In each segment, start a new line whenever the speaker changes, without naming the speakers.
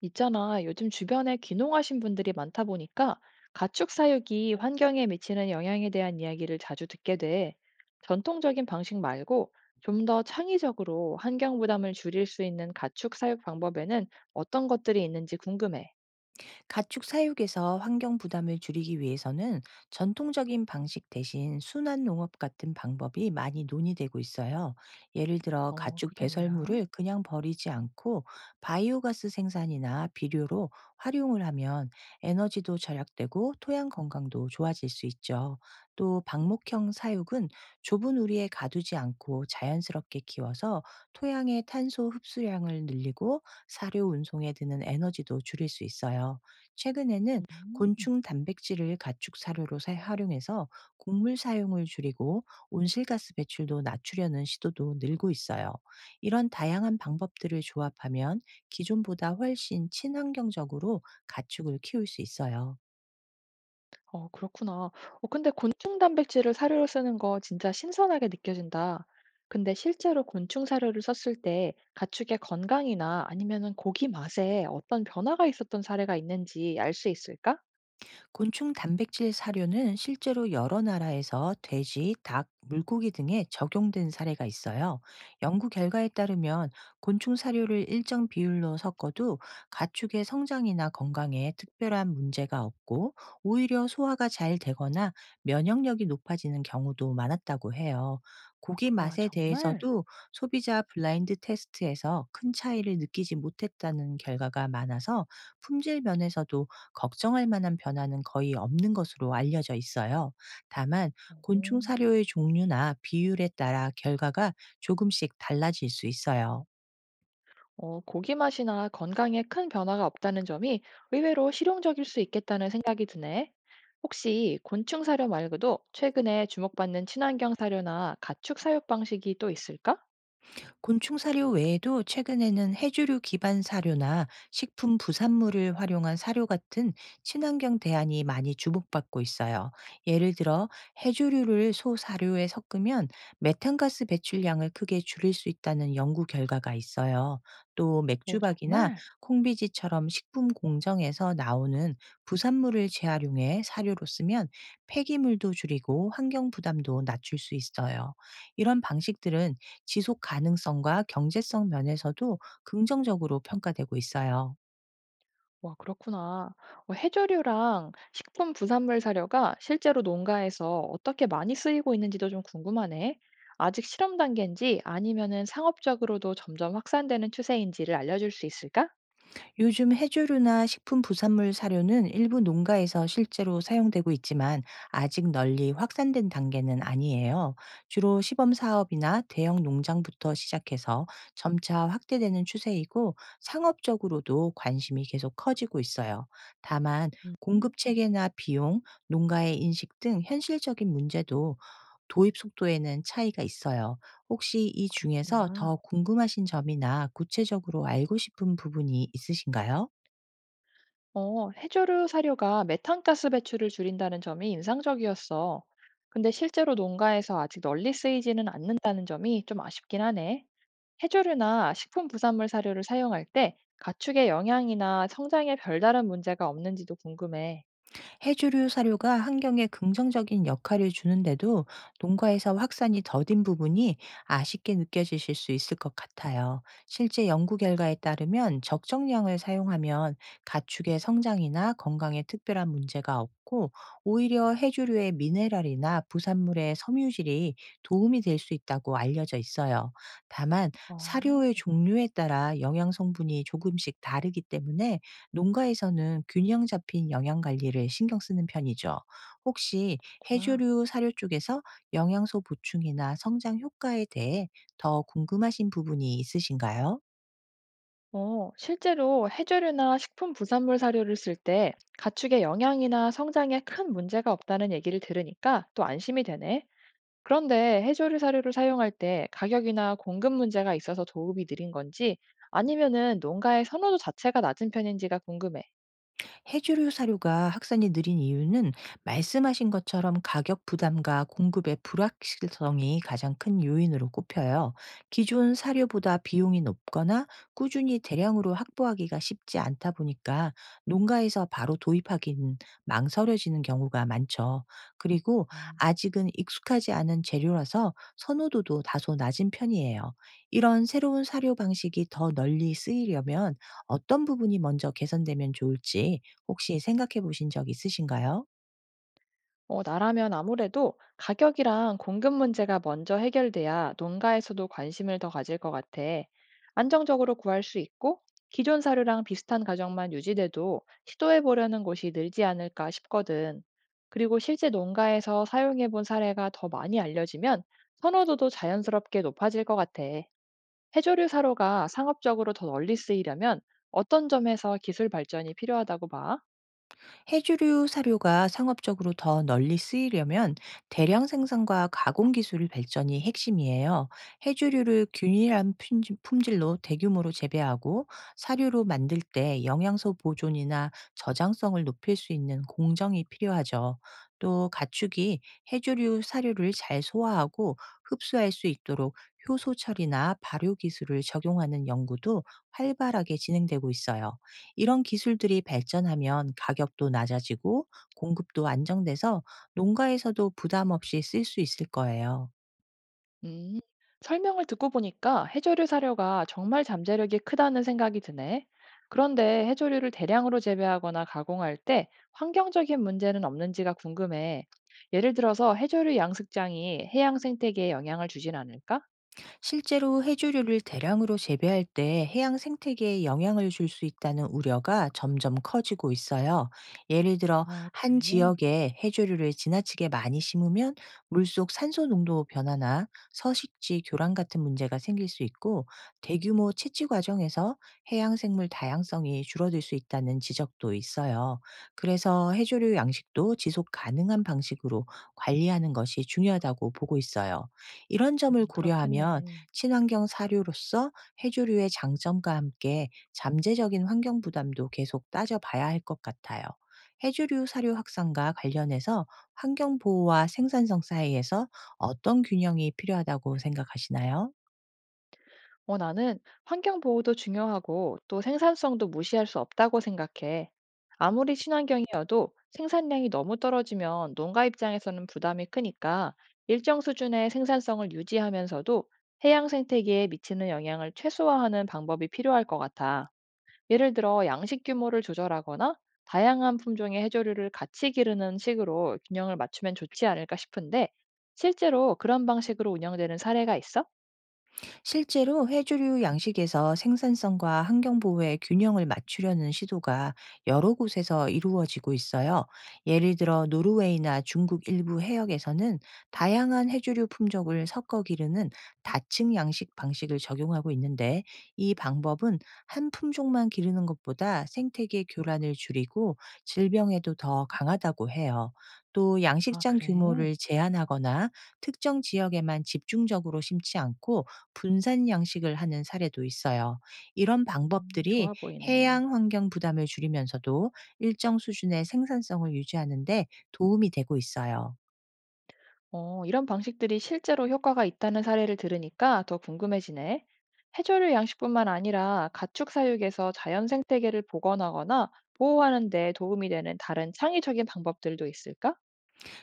있잖아. 요즘 주변에 귀농하신 분들이 많다 보니까 가축 사육이 환경에 미치는 영향에 대한 이야기를 자주 듣게 돼. 전통적인 방식 말고 좀 더 창의적으로 환경 부담을 줄일 수 있는 가축 사육 방법에는 어떤 것들이 있는지 궁금해.
가축 사육에서 환경 부담을 줄이기 위해서는 전통적인 방식 대신 순환 농업 같은 방법이 많이 논의되고 있어요. 예를 들어
어,
가축
그게 뭐야?
배설물을 그냥 버리지 않고 바이오가스 생산이나 비료로 활용을 하면 에너지도 절약되고 토양 건강도 좋아질 수 있죠. 또 방목형 사육은 좁은 우리에 가두지 않고 자연스럽게 키워서 토양의 탄소 흡수량을 늘리고 사료 운송에 드는 에너지도 줄일 수 있어요. 최근에는
음.
곤충 단백질을 가축 사료로 활용해서 곡물 사용을 줄이고 온실가스 배출도 낮추려는 시도도 늘고 있어요. 이런 다양한 방법들을 조합하면 기존보다 훨씬 친환경적으로 가축을 키울 수 있어요.
어, 그렇구나. 어, 근데 곤충 단백질을 사료로 쓰는 거 진짜 신선하게 느껴진다. 근데 실제로 곤충 사료를 썼을 때 가축의 건강이나 아니면은 고기 맛에 어떤 변화가 있었던 사례가 있는지 알 수 있을까?
곤충 단백질 사료는 실제로 여러 나라에서 돼지, 닭, 물고기 등에 적용된 사례가 있어요. 연구 결과에 따르면 곤충 사료를 일정 비율로 섞어도 가축의 성장이나 건강에 특별한 문제가 없고 오히려 소화가 잘 되거나 면역력이 높아지는 경우도 많았다고 해요. 고기
와,
맛에
정말?
대해서도 소비자 블라인드 테스트에서 큰 차이를 느끼지 못했다는 결과가 많아서 품질 면에서도 걱정할 만한 변화는 거의 없는 것으로 알려져 있어요. 다만
오.
곤충 사료의 종류나 비율에 따라 결과가 조금씩 달라질 수 있어요.
어, 고기 맛이나 건강에 큰 변화가 없다는 점이 의외로 실용적일 수 있겠다는 생각이 드네. 혹시 곤충 사료 말고도 최근에 주목받는 친환경 사료나 가축 사육 방식이 또 있을까?
곤충 사료 외에도 최근에는 해조류 기반 사료나 식품 부산물을 활용한 사료 같은 친환경 대안이 많이 주목받고 있어요. 예를 들어 해조류를 소 사료에 섞으면 메탄가스 배출량을 크게 줄일 수 있다는 연구 결과가 있어요. 또
오,
맥주박이나
정말?
콩비지처럼 식품 공정에서 나오는 부산물을 재활용해 사료로 쓰면 폐기물도 줄이고 환경 부담도 낮출 수 있어요. 이런 방식들은 지속 가능성과 경제성 면에서도 긍정적으로 평가되고 있어요.
와, 그렇구나. 어, 해조류랑 식품 부산물 사료가 실제로 농가에서 어떻게 많이 쓰이고 있는지도 좀 궁금하네. 아직 실험 단계인지 아니면은 상업적으로도 점점 확산되는 추세인지를 알려줄 수 있을까?
요즘 해조류나 식품 부산물 사료는 일부 농가에서 실제로 사용되고 있지만 아직 널리 확산된 단계는 아니에요. 주로 시범 사업이나 대형 농장부터 시작해서 점차 확대되는 추세이고 상업적으로도 관심이 계속 커지고 있어요. 다만
음,
공급 체계나 비용, 농가의 인식 등 현실적인 문제도 도입 속도에는 차이가 있어요. 혹시 이 중에서
그렇구나.
더 궁금하신 점이나 구체적으로 알고 싶은 부분이 있으신가요?
어, 해조류 사료가 메탄가스 배출을 줄인다는 점이 인상적이었어. 근데 실제로 농가에서 아직 널리 쓰이지는 않는다는 점이 좀 아쉽긴 하네. 해조류나 식품 부산물 사료를 사용할 때 가축의 영양이나 성장에 별다른 문제가 없는지도 궁금해.
해조류 사료가 환경에 긍정적인 역할을 주는데도 농가에서 확산이 더딘 부분이 아쉽게 느껴지실 수 있을 것 같아요. 실제 연구 결과에 따르면 적정량을 사용하면 가축의 성장이나 건강에 특별한 문제가 없고 오히려 해조류의 미네랄이나 부산물의 섬유질이 도움이 될 수 있다고 알려져 있어요. 다만
어,
사료의 종류에 따라 영양 성분이 조금씩 다르기 때문에 농가에서는 균형 잡힌 영양 관리를 신경 쓰는 편이죠. 혹시
그렇구나.
해조류 사료 쪽에서 영양소 보충이나 성장 효과에 대해 더 궁금하신 부분이 있으신가요?
어, 실제로 해조류나 식품 부산물 사료를 쓸 때 가축의 영양이나 성장에 큰 문제가 없다는 얘기를 들으니까 또 안심이 되네. 그런데 해조류 사료를 사용할 때 가격이나 공급 문제가 있어서 도움이 느린 건지 아니면은 농가의 선호도 자체가 낮은 편인지가 궁금해.
해조류 사료가 확산이 느린 이유는 말씀하신 것처럼 가격 부담과 공급의 불확실성이 가장 큰 요인으로 꼽혀요. 기존 사료보다 비용이 높거나 꾸준히 대량으로 확보하기가 쉽지 않다 보니까 농가에서 바로 도입하기는 망설여지는 경우가 많죠. 그리고
음.
아직은 익숙하지 않은 재료라서 선호도도 다소 낮은 편이에요. 이런 새로운 사료 방식이 더 널리 쓰이려면 어떤 부분이 먼저 개선되면 좋을지 혹시 생각해 보신 적 있으신가요?
어, 나라면 아무래도 가격이랑 공급 문제가 먼저 해결돼야 농가에서도 관심을 더 가질 것 같아. 안정적으로 구할 수 있고 기존 사료랑 비슷한 가격만 유지돼도 시도해 보려는 곳이 늘지 않을까 싶거든. 그리고 실제 농가에서 사용해 본 사례가 더 많이 알려지면 선호도도 자연스럽게 높아질 것 같아. 해조류 사료가 상업적으로 더 널리 쓰이려면 어떤 점에서 기술 발전이 필요하다고 봐?
해조류 사료가 상업적으로 더 널리 쓰이려면 대량 생산과 가공 기술 발전이 핵심이에요. 해조류를 균일한 품질로 대규모로 재배하고 사료로 만들 때 영양소 보존이나 저장성을 높일 수 있는 공정이 필요하죠. 또 가축이 해조류 사료를 잘 소화하고 흡수할 수 있도록 효소 처리나 발효 기술을 적용하는 연구도 활발하게 진행되고 있어요. 이런 기술들이 발전하면 가격도 낮아지고 공급도 안정돼서 농가에서도 부담 없이 쓸 수 있을 거예요.
음, 설명을 듣고 보니까 해조류 사료가 정말 잠재력이 크다는 생각이 드네. 그런데 해조류를 대량으로 재배하거나 가공할 때 환경적인 문제는 없는지가 궁금해. 예를 들어서 해조류 양식장이 해양 생태계에 영향을 주진 않을까?
실제로 해조류를 대량으로 재배할 때 해양 생태계에 영향을 줄 수 있다는 우려가 점점 커지고 있어요. 예를 들어
아, 그래.
한 지역에 해조류를 지나치게 많이 심으면 물속 산소 농도 변화나 서식지 교란 같은 문제가 생길 수 있고 대규모 채취 과정에서 해양 생물 다양성이 줄어들 수 있다는 지적도 있어요. 그래서 해조류 양식도 지속 가능한 방식으로 관리하는 것이 중요하다고 보고 있어요. 이런 점을 고려하면
그렇겠네.
친환경 사료로서 해조류의 장점과 함께 잠재적인 환경 부담도 계속 따져봐야 할 것 같아요. 해조류 사료 확산과 관련해서 환경 보호와 생산성 사이에서 어떤 균형이 필요하다고 생각하시나요?
어, 나는 환경 보호도 중요하고 또 생산성도 무시할 수 없다고 생각해. 아무리 친환경이어도 생산량이 너무 떨어지면 농가 입장에서는 부담이 크니까 일정 수준의 생산성을 유지하면서도 해양 생태계에 미치는 영향을 최소화하는 방법이 필요할 것 같아. 예를 들어 양식 규모를 조절하거나 다양한 품종의 해조류를 같이 기르는 식으로 균형을 맞추면 좋지 않을까 싶은데 실제로 그런 방식으로 운영되는 사례가 있어?
실제로 해조류 양식에서 생산성과 환경 보호의 균형을 맞추려는 시도가 여러 곳에서 이루어지고 있어요. 예를 들어 노르웨이나 중국 일부 해역에서는 다양한 해조류 품종을 섞어 기르는 다층 양식 방식을 적용하고 있는데, 이 방법은 한 품종만 기르는 것보다 생태계 교란을 줄이고 질병에도 더 강하다고 해요. 또
아,
양식장
그래?
규모를 제한하거나 특정 지역에만 집중적으로 심지 않고 분산 양식을 하는 사례도 있어요. 이런 방법들이
좋아 보이네.
해양 환경 부담을 줄이면서도 일정 수준의 생산성을 유지하는 데 도움이 되고 있어요.
어, 이런 방식들이 실제로 효과가 있다는 사례를 들으니까 더 궁금해지네. 해조류 양식뿐만 아니라 가축 사육에서 자연 생태계를 복원하거나 보호하는 데 도움이 되는 다른 창의적인 방법들도 있을까?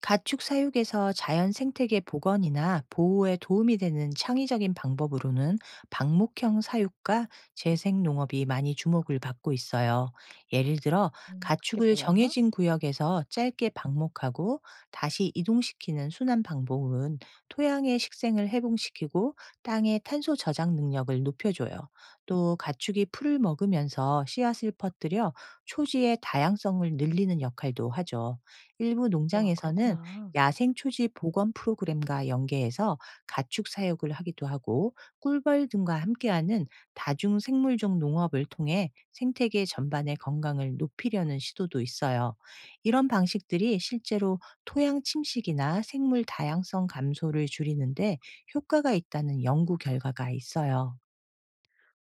가축 사육에서 자연 생태계 복원이나 보호에 도움이 되는 창의적인 방법으로는 방목형 사육과 재생 농업이 많이 주목을 받고 있어요. 예를 들어
그게
가축을
뭐야?
정해진 구역에서 짧게 방목하고 다시 이동시키는 순환 방법은 토양의 식생을 해봉시키고 땅의 탄소 저장 능력을 높여줘요. 또 가축이 풀을 먹으면서 씨앗을 퍼뜨려 초지의 다양성을 늘리는 역할도 하죠. 일부
와,
농장에서는
그렇구나.
야생 초지 보건 프로그램과 연계해서 가축 사육을 하기도 하고 꿀벌 등과 함께하는 다중 생물종 농업을 통해 생태계 전반의 건강을 높이려는 시도도 있어요. 이런 방식들이 실제로 토양 침식이나 생물 다양성 감소를 줄이는데 효과가 있다는 연구 결과가 있어요.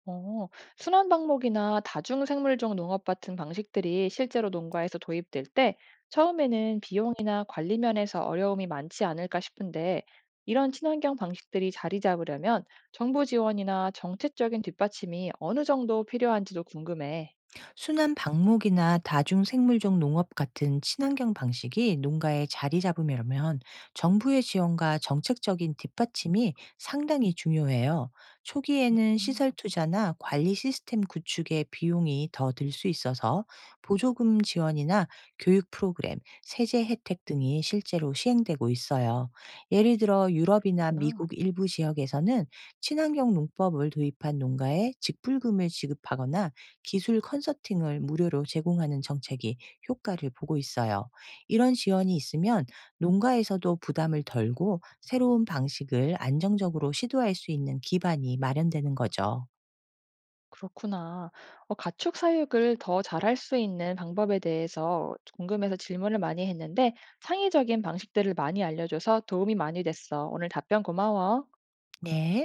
어, 순환 방목이나 다중생물종 농업 같은 방식들이 실제로 농가에서 도입될 때 처음에는 비용이나 관리 면에서 어려움이 많지 않을까 싶은데 이런 친환경 방식들이 자리 잡으려면 정부 지원이나 정책적인 뒷받침이 어느 정도 필요한지도 궁금해.
순환 방목이나 다중생물종 농업 같은 친환경 방식이 농가에 자리 잡으려면 정부의 지원과 정책적인 뒷받침이 상당히 중요해요. 초기에는
음,
시설 투자나 관리 시스템 구축에 비용이 더 들 수 있어서 보조금 지원이나 교육 프로그램, 세제 혜택 등이 실제로 시행되고 있어요. 예를 들어 유럽이나
그렇구나.
미국 일부 지역에서는 친환경 농법을 도입한 농가에 직불금을 지급하거나 기술 컨설팅을 무료로 제공하는 정책이 효과를 보고 있어요. 이런 지원이 있으면 농가에서도 부담을 덜고 새로운 방식을 안정적으로 시도할 수 있는 기반이 마련되는 거죠.
그렇구나. 어, 가축 사육을 더 잘할 수 있는 방법에 대해서 궁금해서 질문을 많이 했는데 창의적인 방식들을 많이 알려줘서 도움이 많이 됐어. 오늘 답변 고마워.
네.